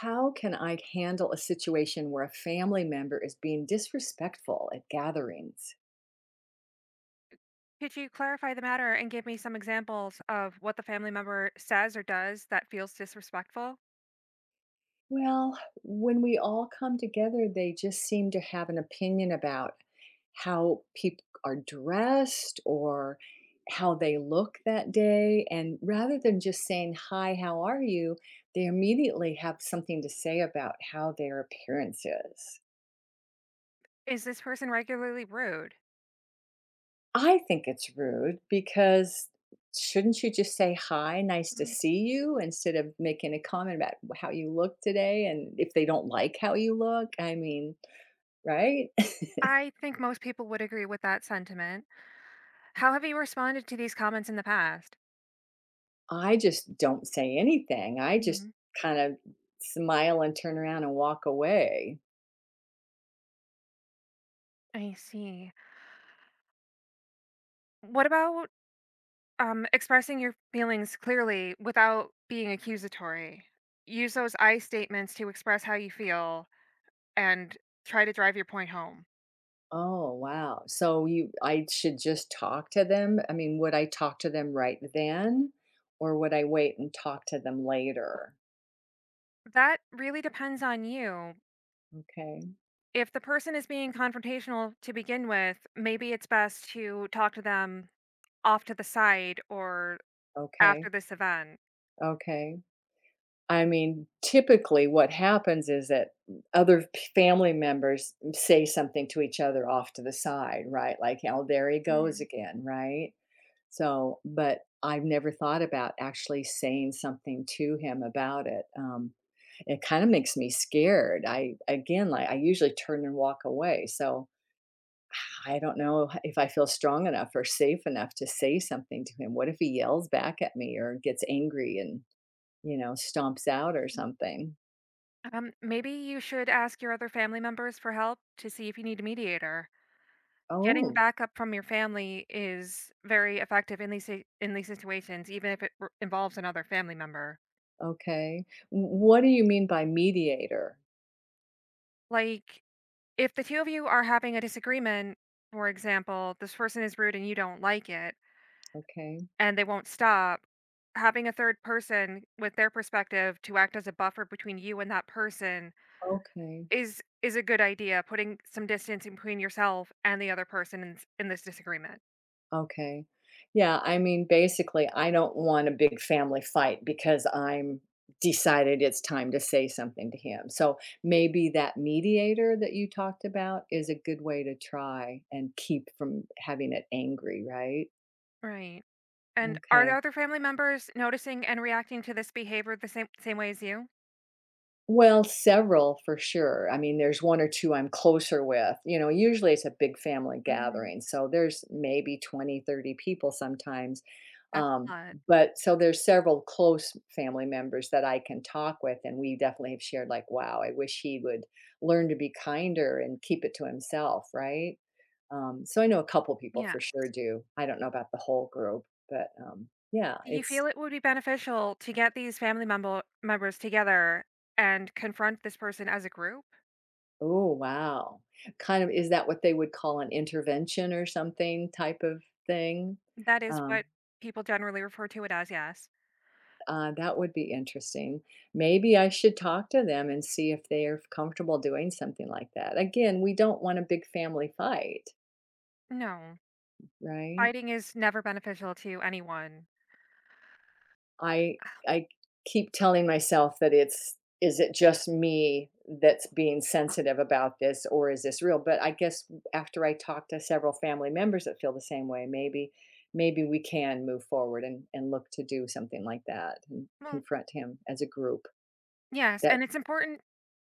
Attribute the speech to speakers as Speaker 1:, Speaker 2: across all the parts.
Speaker 1: How can I handle a situation where a family member is being disrespectful at gatherings?
Speaker 2: Could you clarify the matter and give me some examples of what the family member says or does that feels disrespectful?
Speaker 1: Well, when we all come together, they just seem to have an opinion about how people are dressed or how they look that day. And rather than just saying, "Hi, how are you?" they immediately have something to say about how their appearance is.
Speaker 2: Is this person regularly rude?
Speaker 1: I think it's rude because shouldn't you just say hi, nice to
Speaker 2: Mm,
Speaker 1: see you, instead of making a comment about how you look today? And if they don't like how you look? I mean, right?
Speaker 2: I think most people would agree with that sentiment. How have you responded to these comments in the past?
Speaker 1: I just don't say anything. I just
Speaker 2: Mhm.
Speaker 1: kind of smile and turn around and walk away.
Speaker 2: I see. What about expressing your feelings clearly without being accusatory? Use those I statements to express how you feel and try to drive your point home.
Speaker 1: Oh, wow. So you I should just talk to them? I mean, would I talk to them right then or would I wait and talk to them later?
Speaker 2: That really depends on you.
Speaker 1: Okay.
Speaker 2: If the person is being confrontational to begin with, maybe it's best to talk to them off to the side or
Speaker 1: Okay.
Speaker 2: after this event.
Speaker 1: Okay. I mean, typically what happens is that family members say something to each other off to the side, right? Like, oh, there he goes
Speaker 2: Mm.
Speaker 1: again, right? So, but I've never thought about actually saying something to him about it. It kind of makes me scared. I, again, like I usually turn and walk away. So I don't know if I feel strong enough or safe enough to say something to him. What if he yells back at me or gets angry and, stomps out or
Speaker 2: mm.
Speaker 1: something?
Speaker 2: Maybe you should ask your other family members for help to see if you need a mediator. Getting
Speaker 1: Oh,
Speaker 2: backup from your family is very effective in in these situations, even if it involves another family member.
Speaker 1: okay. What do you mean by mediator?
Speaker 2: Like if the two of you are having a disagreement, for example, this person is rude and you don't like it,
Speaker 1: Okay,
Speaker 2: and they won't stop, having a third person with their perspective to act as a buffer between you and that person
Speaker 1: okay,
Speaker 2: is a good idea, putting some distance in between yourself and the other person in this disagreement.
Speaker 1: okay. Yeah, I mean, basically, I don't want a big family fight because I'm decided it's time to say something to him. So maybe that mediator that you talked about is a good way to try and keep from having it angry, right?
Speaker 2: Right. And are the
Speaker 1: Okay.
Speaker 2: other family members noticing and reacting to this behavior the same way as you?
Speaker 1: Well, several for sure. I mean, there's 1 or 2 I'm closer with. You know, usually it's a big family
Speaker 2: Mm,
Speaker 1: gathering, so there's maybe 20, 30 people sometimes.
Speaker 2: that's a
Speaker 1: Um,
Speaker 2: lot.
Speaker 1: but so there's several close family members that I can talk with, and we definitely have shared like, "Wow, I wish he would learn to be kinder and keep it to himself," right? So I know a couple people
Speaker 2: Yeah.
Speaker 1: for sure do. I don't know about the whole group, but, yeah,
Speaker 2: Do you feel
Speaker 1: it's—
Speaker 2: it would be beneficial to get these family members together and confront this person as a group?
Speaker 1: Oh, wow. Kind of, is that what they would call an intervention or something, type of thing?
Speaker 2: That is
Speaker 1: Um,
Speaker 2: what people generally refer to it as, yes.
Speaker 1: that would be interesting. Maybe I should talk to them and see if they're comfortable doing something like that. Again, we don't want a big family fight,
Speaker 2: No,
Speaker 1: right?
Speaker 2: fighting is never beneficial to anyone.
Speaker 1: I I keep telling myself that it's— is it just me that's being sensitive about this, or is this real? But I guess after I talk to several family members that feel the same way, maybe maybe we can move forward and look to do something like that and
Speaker 2: Well,
Speaker 1: confront him as a group.
Speaker 2: yes,
Speaker 1: That—
Speaker 2: and it's important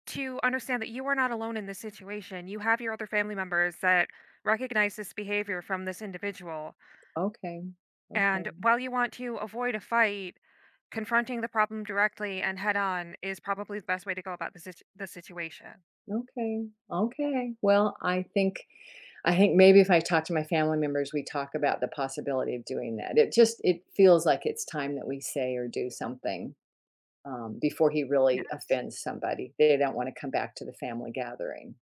Speaker 2: to understand that you are not alone in this situation. You have your other family members that recognize this behavior from this individual.
Speaker 1: okay.
Speaker 2: And
Speaker 1: Okay.
Speaker 2: while you want to avoid a fight, confronting the problem directly and head on is probably the best way to go about the situation.
Speaker 1: Okay. Okay. Well, I think maybe if I talk to my family members, we talk about the possibility of doing that. It just— it feels like it's time that we say or do something. Before he
Speaker 2: Yes,
Speaker 1: really offends somebody, they don't want to come back to the family gathering.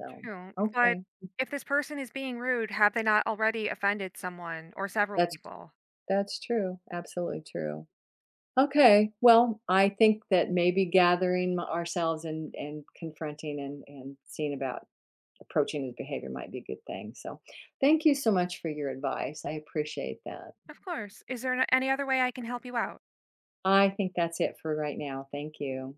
Speaker 1: So,
Speaker 2: true. But
Speaker 1: okay,
Speaker 2: if this person is being rude, have they not already offended someone or several
Speaker 1: that's
Speaker 2: people?
Speaker 1: that's true. Absolutely true. Okay, well, I think that maybe ourselves and confronting and seeing about approaching his behavior might be a good thing. So, thank you so much for your advice. I appreciate that.
Speaker 2: Of course. Is there any other way I can help you out?
Speaker 1: I think that's it for right now. Thank you.